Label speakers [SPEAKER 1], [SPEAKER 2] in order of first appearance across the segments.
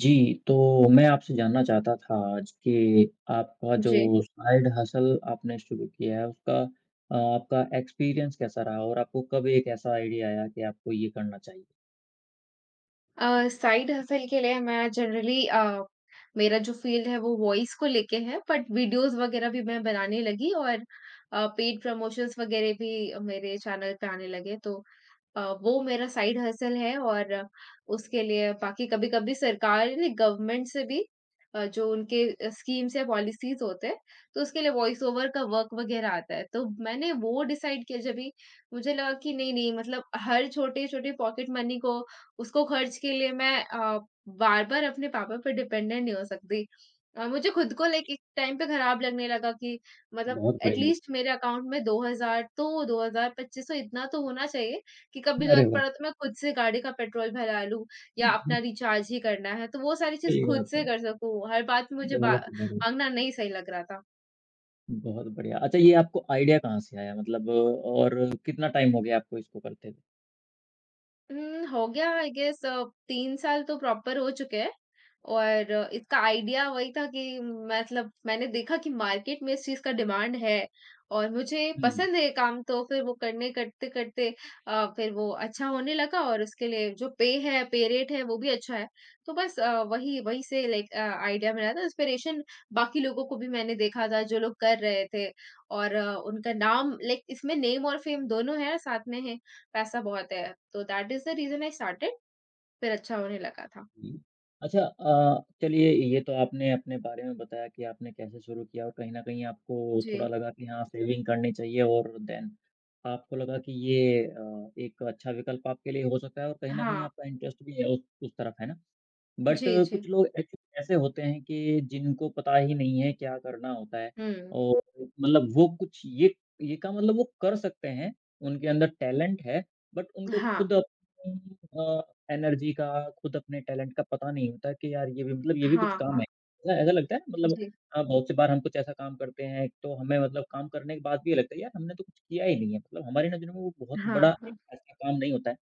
[SPEAKER 1] जी, तो मैं आपसे जानना चाहता था आज कि आपका जो
[SPEAKER 2] जी।
[SPEAKER 1] साइड हसल आपने शुरू किया है उसका आपका एक्सपीरियंस कैसा रहा और आपको कब एक ऐसा आइडिया आया कि आपको ये करना चाहिए?
[SPEAKER 2] अ, साइड हसल के लिए मैं जनरली मेरा जो फ़ील्ड है वो वॉइस को लेके है, बट वीडियोज़ वग़ैरह भी मैं बनाने लगी और पेड प्रमोशंस वग़ैरह भी मेरे चैनल पे आने लगे, तो वो मेरा साइड हसल है। और उसके लिए बाकी कभी-कभी सरकार ने गवर्नमेंट से भी जो उनके स्कीम्स या पॉलिसीज़ होते हैं, तो उसके लिए वॉइस ओवर का वर्क वग़ैरह आता है। तो मैंने वो डिसाइड किया जब भी मुझे लगा कि नहीं-नहीं, मतलब हर छोटे-छोटे पॉकेट मनी को उसको खर्च के लिए मैं बार-बार अपने पापा पे डिपेंडेंट नहीं हो सकती। मुझे खुद को लाइक एक टाइम पे खराब लगने लगा कि मतलब
[SPEAKER 1] बहुत बढ़िया।
[SPEAKER 2] एटलीस्ट मेरे अकाउंट में 2,000 तो 2,000 $2,500 इतना तो होना चाहिए कि कभी
[SPEAKER 1] अरे
[SPEAKER 2] ज़रूरत
[SPEAKER 1] वाह!
[SPEAKER 2] पड़ा तो मैं खुद से गाड़ी का पेट्रोल भरा लूँ या अपना रिचार्ज ही करना है, तो वो सारी चीज़
[SPEAKER 1] सही
[SPEAKER 2] खुद
[SPEAKER 1] बात है।
[SPEAKER 2] से कर सकूँ। हर बात में मुझे बा
[SPEAKER 1] बहुत बढ़िया,
[SPEAKER 2] माँगना नहीं सही लग रहा था।
[SPEAKER 1] बहुत बढ़िया। अच्छा ये आपको आइडिया कहाँ से आया मतलब और कितना टाइम हो गया आपको इसको करते हुए?
[SPEAKER 2] हो गया आई गेस 3 साल तो प्रॉपर हो चुके हैं। और इसका आइडिया वही था कि मतलब मैंने देखा कि मार्केट में इस चीज़ का डिमांड है और मुझे
[SPEAKER 1] हुँ।
[SPEAKER 2] पसंद है ये काम, तो फिर वो करने करते-करते फिर वो अच्छा होने लगा और उसके लिए जो पे है, पे रेट है वो भी अच्छा है। तो बस वही वही से लाइक आइडिया मिला था, इंस्पिरेशन बाकी लोगों को भी मैंने देखा था जो लोग कर रहे थे और उनका नाम, लाइक इसमें नेम और फेम दोनों है, साथ में है, पैसा बहुत है, तो that is the reason I started, फिर अच्छा होने लगा था।
[SPEAKER 1] हुँ। अच्छा चलिए ये तो आपने अपने बारे में बताया कि आपने कैसे शुरू किया और कहीं न कहीं आपको थोड़ा
[SPEAKER 2] जी,
[SPEAKER 1] लगा कि हाँ, सेविंग करनी चाहिए और देन आपको लगा कि ये एक अच्छा विकल्प आपके लिए हो सकता है और कहीं न कहीं
[SPEAKER 2] हाँ,
[SPEAKER 1] आपका इंटरेस्ट भी है उस तरफ, है ना? बट
[SPEAKER 2] जी, जी,
[SPEAKER 1] कुछ लोग एक्चुअली ऐसे होते हैं कि जिनको पता ही नहीं है क्या करना होता है
[SPEAKER 2] हुँ,
[SPEAKER 1] और मतलब वो कुछ ये काम मतलब वो कर सकते हैं, उनके अंदर टैलेंट है बट उनको
[SPEAKER 2] हाँ,
[SPEAKER 1] खुद अपनी अ, एनर्जी का, खुद अपने टैलेंट का पता नहीं होता कि यार ये भी मतलब ये भी
[SPEAKER 2] हाँ,
[SPEAKER 1] कुछ काम
[SPEAKER 2] हाँ,
[SPEAKER 1] है। ऐसा ऐसा लगता है ना, मतलब
[SPEAKER 2] जी,
[SPEAKER 1] बहुत सी बार हम कुछ ऐसा काम करते हैं तो हमें मतलब काम करने के बाद भी ये लगता है यार हमने तो कुछ किया ही नहीं है। मतलब हमारी नज़रों में वो बहुत
[SPEAKER 2] हाँ,
[SPEAKER 1] बड़ा एक
[SPEAKER 2] हाँ,
[SPEAKER 1] ऐसा काम नहीं होता है।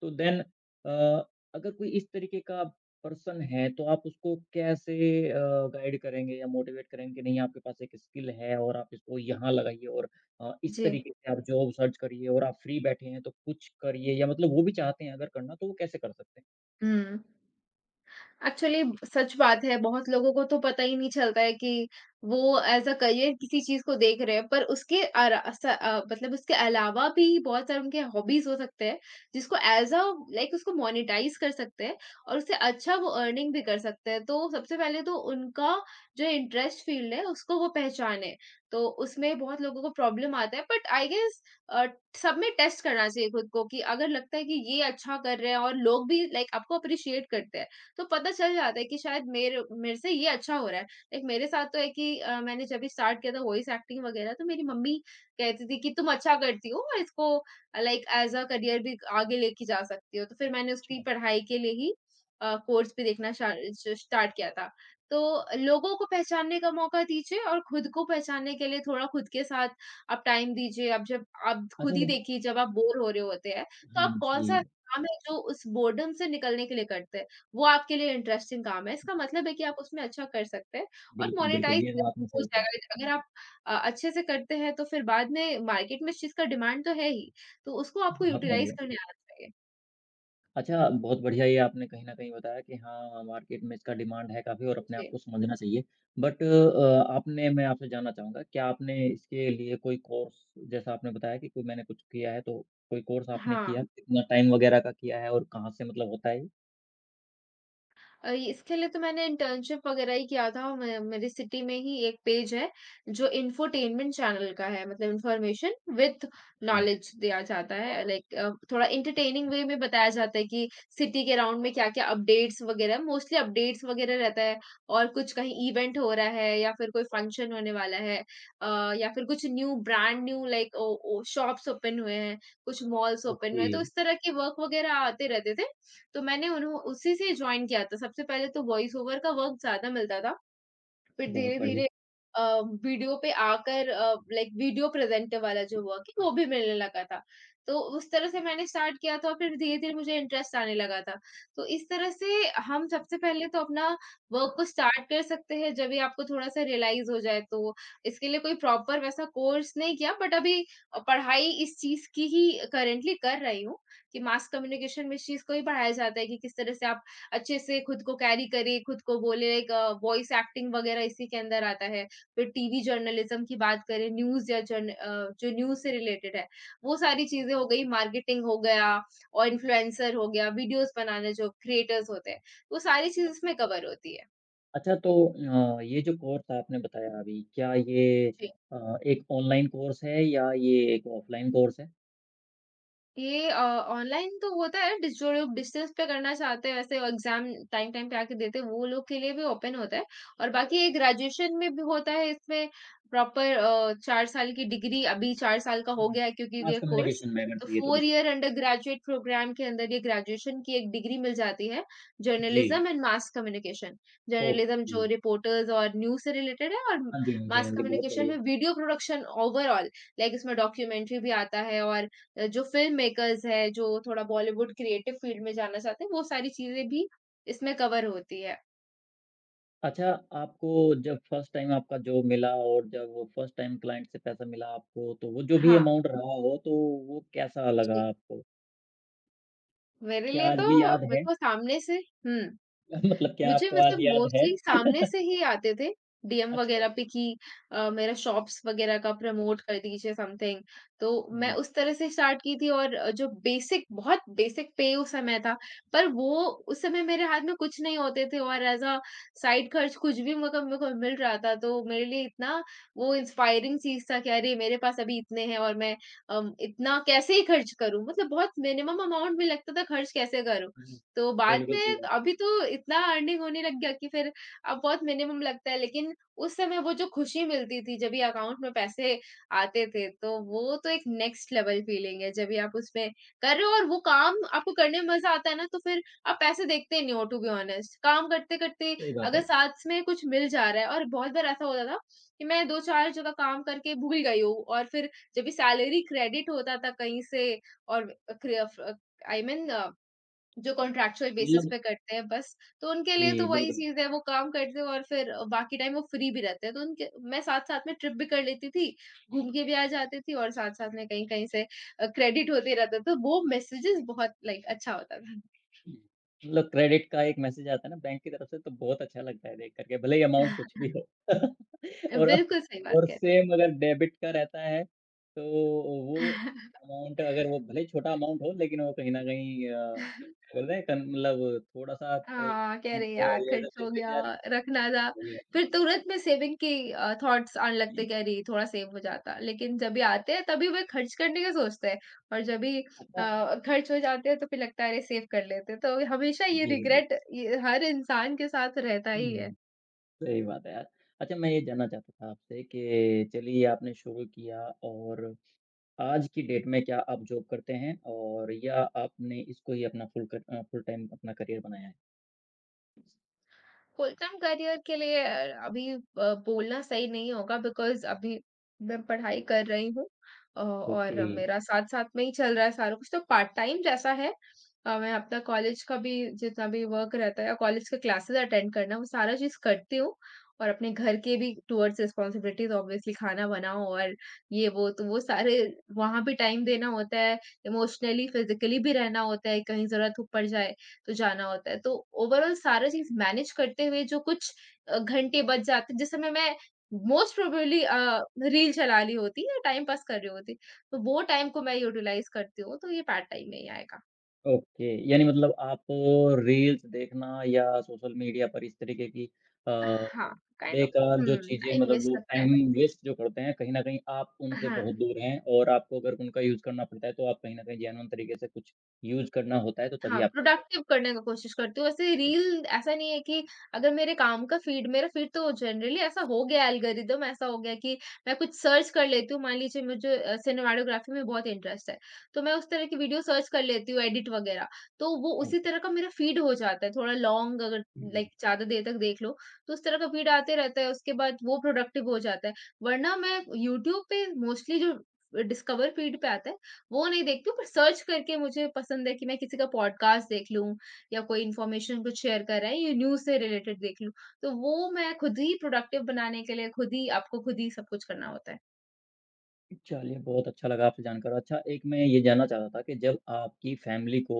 [SPEAKER 1] तो देन अ, अगर कोई इस तरीके का पर्सन है, तो आप उसको कैसे अ, गाइड करेंगे या मोटिवेट करेंगे कि नहीं आपके पास एक स्किल है और आप इसको यहाँ लगाइए और इस
[SPEAKER 2] जी,
[SPEAKER 1] तरीके से आप जॉब सर्च करिए और आप फ्री बैठे हैं तो कुछ करिए या मतलब वो भी चाहते हैं अगर करना तो वो कैसे कर सकते हैं?
[SPEAKER 2] हुँ। एक्चुअली सच बात है, बहुत लोगों को तो पता ही नहीं चलता है कि वो एज़ अ करियर किसी चीज़ को देख रहे हैं, पर उसके अरा स अ, मतलब उसके अलावा भी बहुत सारे उनके हॉबीज़ हो सकते हैं, जिसको एज़ अ लाइक उसको मोनेटाइज़ कर सकते हैं और उससे अच्छा वो अर्निंग भी कर सकते हैं। तो सबसे पहले तो उनका जो इंटरेस्ट फ़ील्ड है, उसको वो पहचाने। तो उसमें बहुत लोगों को प्रॉब्लम आता है, बट आई गेस अ, सब में टेस्ट करना चाहिए खुद को कि अगर लगता है कि ये अच्छा कर रहे हैं और लोग भी लाइक आपको अप्रिशिएट करते हैं, तो पता चल जाता है कि शायद मेरे मेरे से ये अच्छा हो रहा है। लाइक मेरे साथ तो है कि मैंने जब भी स्टार्ट किया था वॉइस एक्टिंग वगैरह, तो मेरी मम्मी कहती थी कि तुम अच्छा करती हो और इसको लाइक एज़ अ करियर भी आगे लेके जा सकती हो। तो फिर मैंने उसकी
[SPEAKER 1] अच्छा,
[SPEAKER 2] पढ़ाई के लिए ही कोर्स भी देखना शा श स्टार्ट किया था। तो लोगों को पहचानने का मौका दीजिए और खुद को पहचानने के लिए थोड़ा खुद के साथ आप टाइम दीजिए। आप खुद
[SPEAKER 1] अच्छा
[SPEAKER 2] ही
[SPEAKER 1] मुझे-
[SPEAKER 2] देखिए, जब आप बोर हो रहे होते हैं, तो
[SPEAKER 1] हाँ
[SPEAKER 2] आप
[SPEAKER 1] जी।
[SPEAKER 2] कौन-सा काम है जो उस बोर्डम से निकलने के लिए करते हैं, वो आपके लिए इंटरेस्टिंग काम है। इसका मतलब है कि आप उसमें अच्छा कर सकते हैं और
[SPEAKER 1] बिल्कुल, बिल्कुल,
[SPEAKER 2] मोनेटाइज़
[SPEAKER 1] ये तो आपने
[SPEAKER 2] हो
[SPEAKER 1] सही कहा। बहुत
[SPEAKER 2] जाएगा। अगर आप अच्छे से करते हैं तो फिर बाद में मार्केट में इस चीज़ का डिमांड तो है ही, तो उसको आपको यूटिलाइज़
[SPEAKER 1] बढ़िया।
[SPEAKER 2] करने आना चाहिए।
[SPEAKER 1] अच्छा, बहुत बढ़िया ये आपने कहीं न कहीं बताया कि हाँ, मार्केट में इसका डिमांड है काफ़ी और अपने आप
[SPEAKER 2] जी।
[SPEAKER 1] को समझना चाहिए। बट आपने मैं आपसे जानना चाहूँगा क्या आपने इसके लिए कोई कोर्स जैसा आपने बताया कि कोई मैंने कुछ किया है तो कोई कोर्स आपने
[SPEAKER 2] हाँ।
[SPEAKER 1] किया? कितना टाइम वगैरह का किया है और कहाँ से मतलब होता है ये?
[SPEAKER 2] इसके लिए तो मैंने इंटर्नशिप वगैरह ही किया था। मैं, मेरी सिटी में ही एक पेज है, जो इन्फोटेनमेंट चैनल का है, मतलब इन्फॉर्मेशन विद
[SPEAKER 1] जी।
[SPEAKER 2] नॉलेज दिया जाता है। लाइक थोड़ा एंटरटेनिंग वे में बताया जाता है कि सिटी के अराउंड में क्या-क्या अपडेट्स वगैरह, मोस्टली अपडेट्स वगैरह रहता है और कुछ कहीं इवेंट हो रहा है या फिर कोई फंक्शन होने वाला है या फिर कुछ न्यू ब्रांड न्यू लाइक ओ ओ शॉप्स ओपन हुए हैं, कुछ मॉल्स ओपन हुए
[SPEAKER 1] ओके,
[SPEAKER 2] हैं। तो इस तरह के वर्क वगैरह आते रहते थे, तो मैंने उन्हों उसी से जॉइन किया था। सबसे पहले तो वॉइस ओवर का वर्क ज़्यादा मिलता था, फिर
[SPEAKER 1] बहुत बढ़िया।
[SPEAKER 2] धीरे-धीरे अ, वीडियो पे आकर लाइक वीडियो प्रेज़ेंटर वाला जो वर्क है वो भी मिलने लगा था। तो उस तरह से मैंने स्टार्ट किया था और फिर धीरे-धीरे मुझे इंटरेस्ट आने लगा था। तो इस तरह से हम सबसे पहले तो अपना वर्क को स्टार्ट कर सकते हैं, जब ये आपको थोड़ा-सा रियलाइज़ हो जाए तो। इसके लिए कोई प्रॉपर वैसा कोर्स नहीं किया, बट अभी पढ़ाई इस चीज़ की ही करंटली कर रही हूँ कि मास कम्युनिकेशन में इस चीज़ को ही पढ़ाया जाता है कि किस तरह से आप अच्छे से खुद को कैरी करे, खुद को बोले, एक वॉइस एक्टिंग वगैरह इसी के अंदर आता है। फिर टीवी जर्नलिज़्म की बात करें, न्यूज़ या जो न्यूज़ से रिलेटेड है, वो सारी चीज़ें हो गई, मार्केटिंग हो गया और इन्फ्लुएंसर हो गया, वीडियोज़ बनाने जो क्रिएटर्स होते हैं, वो सारी चीज़ इसमें कवर होती
[SPEAKER 1] अच्छा तो ये जो कोर्स आपने बताया अभी क्या ये
[SPEAKER 2] है।
[SPEAKER 1] एक ऑनलाइन कोर्स है या ये एक ऑफलाइन कोर्स है?
[SPEAKER 2] ये ऑनलाइन तो होता है। डिस जो लोग डिस्टेंस पे करना चाहते हैं वैसे एग्ज़ाम टाइम टाइम पे आके देते हैं, वो लोग के लिए भी ओपन होता है। और बाकी ये ग्रेजुएशन में भी होता है, इसमें प्रॉपर 4 साल की डिग्री, अभी 4 साल का हो गया है क्योंकि
[SPEAKER 1] मास
[SPEAKER 2] ये कोर्स
[SPEAKER 1] कम्युनिकेशन में अगर
[SPEAKER 2] तो
[SPEAKER 1] चाहिए तो
[SPEAKER 2] 4
[SPEAKER 1] किसी को?
[SPEAKER 2] ईयर अंडर ग्रेजुएट प्रोग्राम के अंदर ये ग्रेजुएशन की एक डिग्री मिल जाती है,
[SPEAKER 1] जी,
[SPEAKER 2] journalism and mass communication. Journalism
[SPEAKER 1] okay.
[SPEAKER 2] जो रिपोर्टर्स और न्यूज़ से रिलेटेड है, और
[SPEAKER 1] हाँ जी, हाँ जी,
[SPEAKER 2] मास
[SPEAKER 1] हाँ जी, बहुत
[SPEAKER 2] कम्युनिकेशन
[SPEAKER 1] बढ़िया।
[SPEAKER 2] में वीडियो प्रोडक्शन ओवरऑल, लाइक इसमें डॉक्यूमेंट्री भी आता है और जो फ़िल्म मेकर्स हैं, जो थोड़ा बॉलीवुड क्रिएटिव फ़ील्ड में जाना चाहते हैं, वो सारी चीज़ें भी इसमें कवर होती है।
[SPEAKER 1] अच्छा, आपको जब फर्स्ट टाइम आपका जॉब मिला और जब वो फर्स्ट टाइम क्लाइंट से पैसा मिला आपको, तो वो जो भी
[SPEAKER 2] हाँ।
[SPEAKER 1] अमाउंट रहा हो, तो वो कैसा लगा
[SPEAKER 2] जी।
[SPEAKER 1] आपको?
[SPEAKER 2] मेरे
[SPEAKER 1] क्या
[SPEAKER 2] लिए
[SPEAKER 1] आज
[SPEAKER 2] तो
[SPEAKER 1] भी याद
[SPEAKER 2] मेरे
[SPEAKER 1] है?
[SPEAKER 2] को सामने से हुँ।
[SPEAKER 1] मतलब क्या
[SPEAKER 2] मुझे
[SPEAKER 1] आपको आज
[SPEAKER 2] मतलब
[SPEAKER 1] याद है?
[SPEAKER 2] मोस्टली सामने से ही आते थे, डीएम
[SPEAKER 1] अच्छा।
[SPEAKER 2] वगैरह पे कि मेरा शॉप्स वगैरह का प्रमोट कर दीजिए समथिंग, तो मैं
[SPEAKER 1] हुँ,
[SPEAKER 2] उस तरह से स्टार्ट की थी और जो बेसिक, बहुत बेसिक पे उस समय था, पर वो उस समय मेरे हाथ में कुछ नहीं होते थे और एज़ अ साइड खर्च कुछ भी मेको मेरे को मिल रहा था, तो मेरे लिए इतना वो इंस्पायरिंग चीज़ था कि अरे! मेरे पास अभी इतने हैं और मैं इतना कैसे ही खर्च करूँ? मतलब बहुत मिनिमम अमाउंट में, लगता था खर्च कैसे करूँ?
[SPEAKER 1] हुँ,
[SPEAKER 2] तो बाद
[SPEAKER 1] बिल्कुल सही
[SPEAKER 2] में
[SPEAKER 1] बात है,
[SPEAKER 2] अभी तो इतना अर्निंग होने लग गया कि फिर अब बहुत मिनिमम लगता है, लेकिन उस समय वो जो खुशी मिलती थी जब भी अकाउंट में पैसे आते थे, तो वो तो एक नेक्स्ट लेवल फीलिंग है, जब भी आप उसमें कर रहे हो और वो काम आपको करने में मज़ा आता है ना तो फिर आप पैसे देखते नहीं हो, टू बी ऑनेस्ट। काम करते-करते
[SPEAKER 1] सही बात
[SPEAKER 2] अगर
[SPEAKER 1] है।
[SPEAKER 2] साथ में कुछ मिल जा रहा है, और बहुत बार ऐसा होता था कि मैं 2-4 जगह काम करके भूल गई हूँ और फिर जब भी सैलरी क्रेडिट होता था कहीं से और क्र फ आई मीन जो कॉन्ट्रेक्चुअल बेसिस
[SPEAKER 1] मतलब
[SPEAKER 2] पे करते हैं बस, तो उनके लिए तो
[SPEAKER 1] जी,
[SPEAKER 2] वही
[SPEAKER 1] बिल्कुल।
[SPEAKER 2] चीज़ है, वो काम करते हैं और फिर बाकी टाइम वो फ्री भी रहते हैं। तो उनके मैं साथ-साथ में ट्रिप भी कर लेती थी, घूम के भी आ जाती थी और साथ-साथ में कहीं-कहीं से क्रेडिट होते रहता था। तो वो मैसेजेस बहुत लाइक अच्छा होता था।
[SPEAKER 1] हुँ। मतलब क्रेडिट का एक मैसेज आता है ना बैंक की तरफ से तो बहुत अच्छा लगता है देख कर के, भले ही अमाउंट कुछ भी हो। और
[SPEAKER 2] बिल्कुल सही बात
[SPEAKER 1] और
[SPEAKER 2] कह रहे
[SPEAKER 1] सेम अगर डेबिट का रहता है, तो वो
[SPEAKER 2] हैं।
[SPEAKER 1] अमाउंट अगर वो भले ही छोटा अमाउंट हो लेकिन वो कहीं न कहीं क्या बोलते हैं कन मतलब थोड़ा-सा
[SPEAKER 2] हाँ, कि अरे
[SPEAKER 1] परेशान
[SPEAKER 2] यार
[SPEAKER 1] और ऐसा
[SPEAKER 2] खर्च
[SPEAKER 1] लगता
[SPEAKER 2] हो
[SPEAKER 1] है
[SPEAKER 2] गया,
[SPEAKER 1] कि यार
[SPEAKER 2] रखना था।
[SPEAKER 1] कोई बात
[SPEAKER 2] फिर तुरंत में सेविंग की थॉट्स आने लगते
[SPEAKER 1] नहीं।
[SPEAKER 2] कि अरे थोड़ा सेव हो जाता। लेकिन जब भी आते हैं तभी वे खर्च करने का सोचते हैं और जब भी
[SPEAKER 1] अच्छा
[SPEAKER 2] खर्च हो जाते हैं तो फिर लगता है अरे सेव कर लेते हैं। तो हमेशा ये
[SPEAKER 1] जी, जी।
[SPEAKER 2] रिग्रेट, ये हर इंसान के साथ रहता ही है।
[SPEAKER 1] हुँ, सही बात है यार। अच्छा मैं ये जानना चाहता था आपसे कि चलिए आपने शुरू किया और आज की डेट में क्या आप जॉब करते हैं और या आपने इसको ही अपना फुल टाइम अपना करियर बनाया है?
[SPEAKER 2] फुल टाइम करियर के लिए अभी बोलना सही नहीं होगा बिकॉज़ अभी मैं पढ़ाई कर रही हूँ,
[SPEAKER 1] ओके,
[SPEAKER 2] और मेरा साथ-साथ में ही चल रहा है सारा कुछ, तो पार्ट टाइम जैसा है। मैं अपना कॉलेज का भी जितना भी वर्क रहता है या कॉलेज के क्लासेस अटेंड करना, वो सारा चीज़ करती हूँ और अपने घर के भी टुवर्ड्स रिस्पॉन्सिबिलिटीज़, ऑब्वियसली खाना बनाओ और ये वो, तो वो सारे, वहाँ भी टाइम देना होता है, इमोशनली, फिज़िकली भी रहना होता है, कहीं ज़रूरत हो पड़ जाए, तो जाना होता है। तो ओवरऑल सारा चीज़ मैनेज करते हुए जो कुछ घंटे बच जाते, जिस समय मैं मोस्ट प्रोबेबली रील चला रही होती या टाइम पास कर रही होती, तो वो टाइम को मैं यूटिलाइज़ करती हूँ, तो ये पार्ट टाइम में ही आएगा।
[SPEAKER 1] ओके। यानी मतलब आप रील्स देखना या सोशल मीडिया पर इस तरीके की अ,
[SPEAKER 2] हाँ, काइंड ऑफ।
[SPEAKER 1] बेकार जो
[SPEAKER 2] हुँ,
[SPEAKER 1] चीज़ें
[SPEAKER 2] टाइम
[SPEAKER 1] मतलब
[SPEAKER 2] वेस्ट
[SPEAKER 1] लोग
[SPEAKER 2] लगता है।
[SPEAKER 1] टाइम वेस्ट जो करते हैं, कहीं न कहीं आप उनसे
[SPEAKER 2] हाँ।
[SPEAKER 1] बहुत दूर हैं और आपको अगर उनका यूज़ करना पड़ता है, तो आप कहीं न कहीं जेन्युइन तरीके से कुछ यूज़ करना होता है, तो
[SPEAKER 2] हाँ,
[SPEAKER 1] तभी आप करते
[SPEAKER 2] प्रोडक्टिव करने का कोशिश करती हूँ। वैसे
[SPEAKER 1] हैं।
[SPEAKER 2] रील ऐसा नहीं है कि अगर मेरे काम का फीड मेरा फीड तो जनरली ऐसा हो गया है, एल्गोरिदम ऐसा हो गया कि मैं कुछ सर्च कर लेती हूँ। मान लीजिए मुझे सिनेमैटोग्राफी में बहुत इंटरेस्ट है, तो मैं उस तरह की वीडियो सर्च कर लेती हूँ एडिट वगैरह। तो वो उसी
[SPEAKER 1] ओके।
[SPEAKER 2] तरह का मेरा फीड हो जाता है, थोड़ा लॉन्ग अगर लाइक
[SPEAKER 1] हुँ।
[SPEAKER 2] ज़्यादा देर तक देख लो, तो उस तरह का फीड आते रहता है, उसके बाद वो प्रोडक्टिव हो जाता है। वरना मैं यूट्यूब पे मोस्टली जो डिस्कवर फीड पे आता है, वो नहीं देखती हूँ, पर सर्च करके मुझे पसंद है कि मैं किसी का पॉडकास्ट देख लूँ या कोई इन्फॉर्मेशन कुछ शेयर कर रहा है या न्यूज़ से रिलेटेड देख लूँ। तो वो मैं खुद ही प्रोडक्टिव बनाने के लिए खुद ही आपको खुद ही सब कुछ करना होता है।
[SPEAKER 1] चलिए, बहुत अच्छा लगा आपसे जानकर। अच्छा, एक मैं ये जानना चाह रहा था कि जब आपकी फैमिली को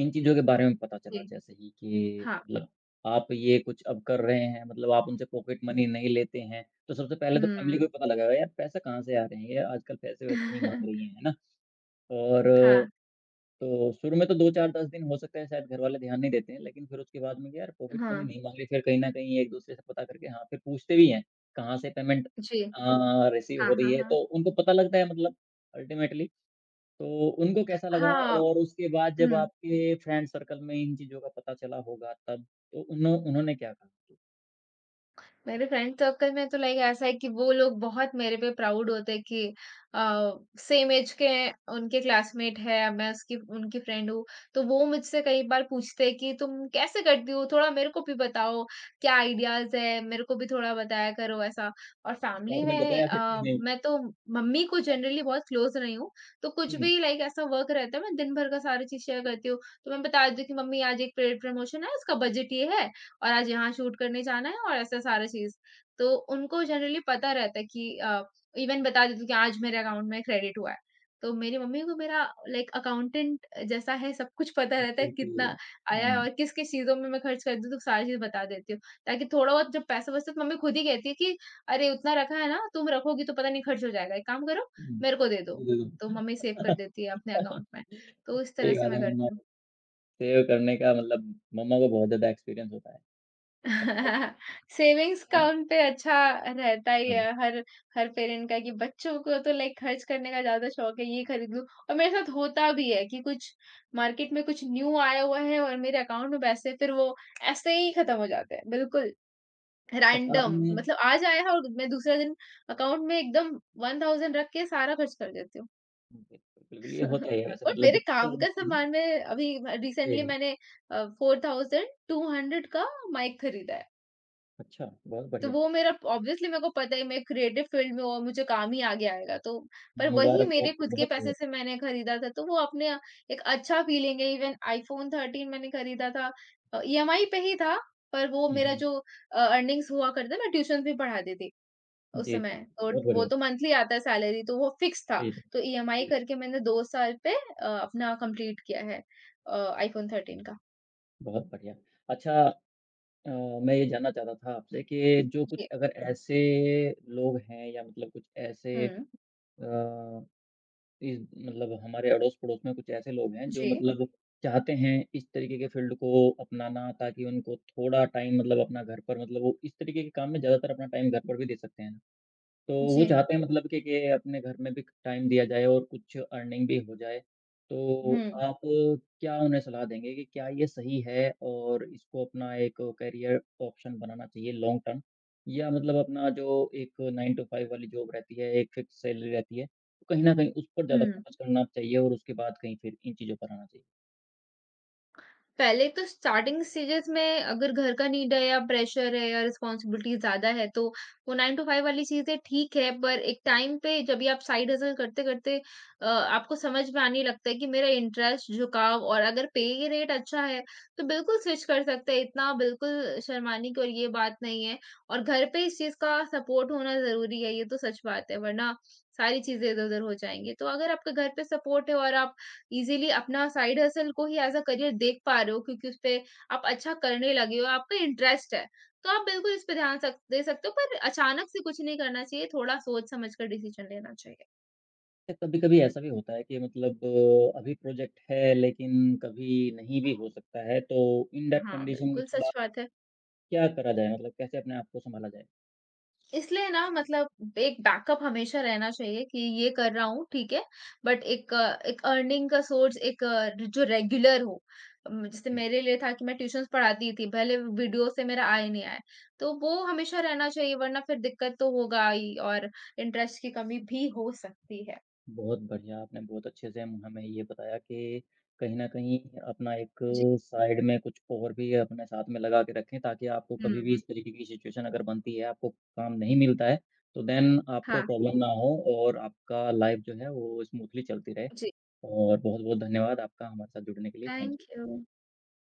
[SPEAKER 1] इन चीज़ों के बारे में पता चला,
[SPEAKER 2] जी,
[SPEAKER 1] जैसे ही कि
[SPEAKER 2] हाँ।
[SPEAKER 1] मतलब आप ये कुछ अब कर रहे हैं, मतलब आप उनसे पॉकेट मनी नहीं लेते हैं, तो सबसे पहले तो फैमिली
[SPEAKER 2] हुँ।
[SPEAKER 1] को ही पता लगेगा, यार पैसा कहाँ से आ रहे हैं? ये आजकल पैसे-वैसे नहीं माँग रही हैं, है ना? और
[SPEAKER 2] हाँ,
[SPEAKER 1] तो शुरू में तो 2-4-10 दिन हो सकता है शायद घर वाले ध्यान नहीं देते हैं, लेकिन फिर उसके बाद में कि यार पॉकेट
[SPEAKER 2] हाँ।
[SPEAKER 1] मनी नहीं माँगे, फिर कहीं न कहीं एक-दूसरे से पता करके हाँ, फिर पूछते भी हैं, कहाँ से पेमेंट
[SPEAKER 2] जी।
[SPEAKER 1] रिसीव
[SPEAKER 2] हाँ,
[SPEAKER 1] हो रही
[SPEAKER 2] हाँ,
[SPEAKER 1] है,
[SPEAKER 2] हाँ।
[SPEAKER 1] तो उनको पता लगता है मतलब अल्टीमेटली। तो उनको कैसा लगा
[SPEAKER 2] हाँ,
[SPEAKER 1] और उसके बाद जब
[SPEAKER 2] हुँ।
[SPEAKER 1] आपके फ्रेंड सर्कल में इन चीज़ों का पता चला होगा तब, तो उन्होंने क्या कहा?
[SPEAKER 2] मेरे फ्रेंड सर्कल में तो लाइक ऐसा है कि वो लोग बहुत मेरे पे प्राउड होते हैं कि आ, सेम एज के हैं, उनके क्लासमेट है, अब मैं उसकी उनकी फ्रेंड हूँ। तो वो मुझसे कई बार पूछते हैं कि तुम कैसे करती हो, थोड़ा मेरे को भी बताओ, क्या आइडियाज है, मेरे को भी थोड़ा बताया करो, ऐसा। और
[SPEAKER 1] तो
[SPEAKER 2] फैमिली
[SPEAKER 1] आपने
[SPEAKER 2] में
[SPEAKER 1] बताया फिर कि नहीं?
[SPEAKER 2] मैं तो मम्मी को जनरली बहुत क्लोज रही हूँ, तो कुछ
[SPEAKER 1] हुँ,
[SPEAKER 2] भी लाइक ऐसा वर्क रहता है, मैं दिन भर का सारी चीज शेयर करती हूँ। तो मैं बता देती हूँ कि मम्मी, आज एक पेड प्रमोशन है, इसका बजट ये है और आज यहाँ शूट करने जाना है और ऐसा सारा चीज़। तो उनको जनरली पता रहता है कि इवन बता देती हूँ कि आज मेरे अकाउंट में क्रेडिट हुआ है। तो मेरी मम्मी को मेरा लाइक अकाउंटेंट जैसा है, सब कुछ पता रहता
[SPEAKER 1] ओके,
[SPEAKER 2] है
[SPEAKER 1] ओके।
[SPEAKER 2] कितना आया है
[SPEAKER 1] हाँ,
[SPEAKER 2] और किस-किस चीज़ों में मैं खर्च कर दूँ, तो सारी चीज़ बता देती हूँ। ताकि थोड़ा बहुत जब पैसा बचता है तो मम्मी खुद ही कहती है कि अरे, उतना रखा है ना, तुम रखोगी तो पता नहीं खर्च हो जाएगा, एक काम करो,
[SPEAKER 1] हुँ।
[SPEAKER 2] मेरे को दे दो।
[SPEAKER 1] बिल्कुल।
[SPEAKER 2] तो मम्मी सेव कर देती है अपने अकाउंट में। तो इस तरह
[SPEAKER 1] सही
[SPEAKER 2] से
[SPEAKER 1] बात
[SPEAKER 2] मैं
[SPEAKER 1] है, मम्मा
[SPEAKER 2] करती हूँ।
[SPEAKER 1] सेव करने का मतलब मम्मा को बहुत ज़्यादा एक्सपीरियंस होता है। हाँ,
[SPEAKER 2] सेविंग्स का
[SPEAKER 1] हाँ,
[SPEAKER 2] उन पे अच्छा रहता ही है,
[SPEAKER 1] हाँ।
[SPEAKER 2] हर हर पेरेंट का कि बच्चों को तो लाइक खर्च करने का ज़्यादा शौक है, ये खरीद लूँ। और मेरे साथ होता भी है कि कुछ मार्केट में कुछ न्यू आया हुआ है और मेरे अकाउंट में पैसे फिर वो ऐसे ही खत्म हो जाते हैं, बिल्कुल
[SPEAKER 1] अच्छा
[SPEAKER 2] रैंडम
[SPEAKER 1] आपने
[SPEAKER 2] मतलब आज आया है और मैं दूसरे दिन अकाउंट में एकदम 1000 रख के सारा खर्च कर देती हूँ।
[SPEAKER 1] बिल्कुल, बिल्कुल ये होता ही है वैसे
[SPEAKER 2] और
[SPEAKER 1] मतलब
[SPEAKER 2] मेरे
[SPEAKER 1] जब पैसे
[SPEAKER 2] काम का
[SPEAKER 1] लगाते हैं ना
[SPEAKER 2] सामान में अभी
[SPEAKER 1] सही
[SPEAKER 2] रिसेंटली
[SPEAKER 1] है।
[SPEAKER 2] मैंने 4200 का माइक खरीदा है।
[SPEAKER 1] अच्छा, बहुत
[SPEAKER 2] तो
[SPEAKER 1] बढ़िया।
[SPEAKER 2] वो मेरा ऑब्वियसली मेरे को पता है, मैं क्रिएटिव फील्ड में हूँ और मुझे काम ही आगे आएगा, तो पर वही
[SPEAKER 1] मुबारक हो
[SPEAKER 2] मेरे
[SPEAKER 1] आपको
[SPEAKER 2] खुद के पैसे
[SPEAKER 1] बहुत-बहुत।
[SPEAKER 2] से मैंने खरीदा था, तो वो अपने एक अच्छा फीलिंग है। इवन iPhone 13 मैंने खरीदा था, ईएमआई पे ही था, पर वो
[SPEAKER 1] हुँ,
[SPEAKER 2] मेरा
[SPEAKER 1] हुँ।
[SPEAKER 2] जो अर्निंग्स हुआ करता, मैं ट्यूशन भी पढ़ाती थी उस
[SPEAKER 1] जी,
[SPEAKER 2] समय,
[SPEAKER 1] जी।
[SPEAKER 2] तो
[SPEAKER 1] बहुत
[SPEAKER 2] वो
[SPEAKER 1] बढ़िया,
[SPEAKER 2] तो मंथली आता है सैलरी, तो वो फिक्स था।
[SPEAKER 1] सही है।
[SPEAKER 2] तो ईएमआई
[SPEAKER 1] जी,
[SPEAKER 2] करके मैंने 2 साल पे अपना कंप्लीट किया है आईफोन थर्टीन का।
[SPEAKER 1] बहुत बढ़िया। अच्छा अ, मैं ये जानना चाहता था आपसे कि जो कुछ
[SPEAKER 2] जी।
[SPEAKER 1] अगर ऐसे लोग हैं या मतलब कुछ ऐसे
[SPEAKER 2] हम्म।
[SPEAKER 1] अ इस मतलब हमारे अड़ोस-पड़ोस में कुछ ऐसे लोग हैं जो
[SPEAKER 2] जी।
[SPEAKER 1] मतलब चाहते हैं इस तरीके के फ़ील्ड को अपनाना ताकि उनको थोड़ा टाइम मतलब अपना घर पर मतलब वो इस तरीके के काम में ज़्यादातर अपना टाइम घर पर भी दे सकते हैं। तो
[SPEAKER 2] जी।
[SPEAKER 1] वो चाहते हैं मतलब कि अपने घर में भी टाइम दिया जाए और कुछ अर्निंग भी हो जाए। तो
[SPEAKER 2] हम्म।
[SPEAKER 1] आप क्या उन्हें सलाह देंगे कि क्या ये सही है और इसको अपना एक करियर ऑप्शन बनाना चाहिए लॉन्ग टर्म? या मतलब अपना जो एक 9 टू 5 वाली जॉब रहती है, एक फिक्स सैलरी रहती है, तो कहीं न कहीं उस पर ज़्यादा
[SPEAKER 2] हम्म।
[SPEAKER 1] फोकस करना चाहिए और उसके बाद कहीं फिर इन चीज़ों पर आना चाहिए।
[SPEAKER 2] पहले तो स्टार्टिंग स्टेजेस में अगर घर का नीड है या प्रेशर है या रिस्पॉन्सिबिलिटी ज़्यादा है, तो वो 9 टू 5 वाली चीज़ें ठीक है, पर एक टाइम पे जब भी आप साइड हसल करते-करते आपको समझ में आने लगता है कि मेरा इंटरेस्ट, झुकाव और अगर पे रेट अच्छा है, तो बिल्कुल स्विच कर सकते हैं। इतना बिल्कुल शर्माने की और ये बात नहीं है, और घर पे इस चीज़ का सपोर्ट होना ज़रूरी है, ये तो सच बात है, वरना सारी चीज़ें इधर-उधर हो जाएँगी। तो अगर आपके घर पे सपोर्ट है और आप इज़िली अपना साइड हसल को ही एज़ अ करियर देख पा रहे हो, क्योंकि उसपे आप अच्छा करने लगे हो, आपका इंटरेस्ट है। तो आप बिल्कुल इस पे ध्यान सक दे सकते हो, पर अचानक से कुछ नहीं करना चाहिए, थोड़ा सोच समझ कर डिसीज़न लेना चाहिए।
[SPEAKER 1] या कभी-कभी ऐसा भी होता है कि मतलब अभी प्रोजेक्ट है लेकिन कभी नहीं भी हो सकता है, तो इन दैट
[SPEAKER 2] हाँ,
[SPEAKER 1] कंडीशन में
[SPEAKER 2] बिल्कुल
[SPEAKER 1] थोड़ा
[SPEAKER 2] सच बात है।
[SPEAKER 1] क्या करा जाए मतलब कैसे अपने आप को सँभाला जाए?
[SPEAKER 2] इसलिए ना मतलब एक बैकअप हमेशा रहना चाहिए कि ये कर रहा हूँ ठीक है, बट एक अर्निंग का सोर्स, एक जो रेगुलर हो। जैसे
[SPEAKER 1] हुँ।
[SPEAKER 2] मेरे लिए था कि मैं ट्यूशंस पढ़ाती थी, भले वीडियो से मेरा आए नहीं आए। तो वो हमेशा रहना चाहिए, वरना फिर दिक्कत तो होगा ही और इंटरेस्ट की कमी भी हो सकती है।
[SPEAKER 1] बहुत बढ़िया, आपने बहुत अच्छे से हम हमें ये बताया कि कहीं न कहीं अपना एक
[SPEAKER 2] जी।
[SPEAKER 1] साइड में कुछ और भी अपने साथ में लगा के रखें ताकि आपको कभी भी
[SPEAKER 2] हम्म।
[SPEAKER 1] इस तरीके की सिचुएशन अगर बनती है, आपको काम नहीं मिलता है, तो देन आपको
[SPEAKER 2] हाँ।
[SPEAKER 1] प्रॉब्लम ना हो और आपका लाइफ़ जो है वो स्मूथली चलती रहे।
[SPEAKER 2] जी।
[SPEAKER 1] और बहुत-बहुत धन्यवाद आपका हमारे साथ जुड़ने के लिए। Thank
[SPEAKER 2] thank
[SPEAKER 1] you.
[SPEAKER 2] यू।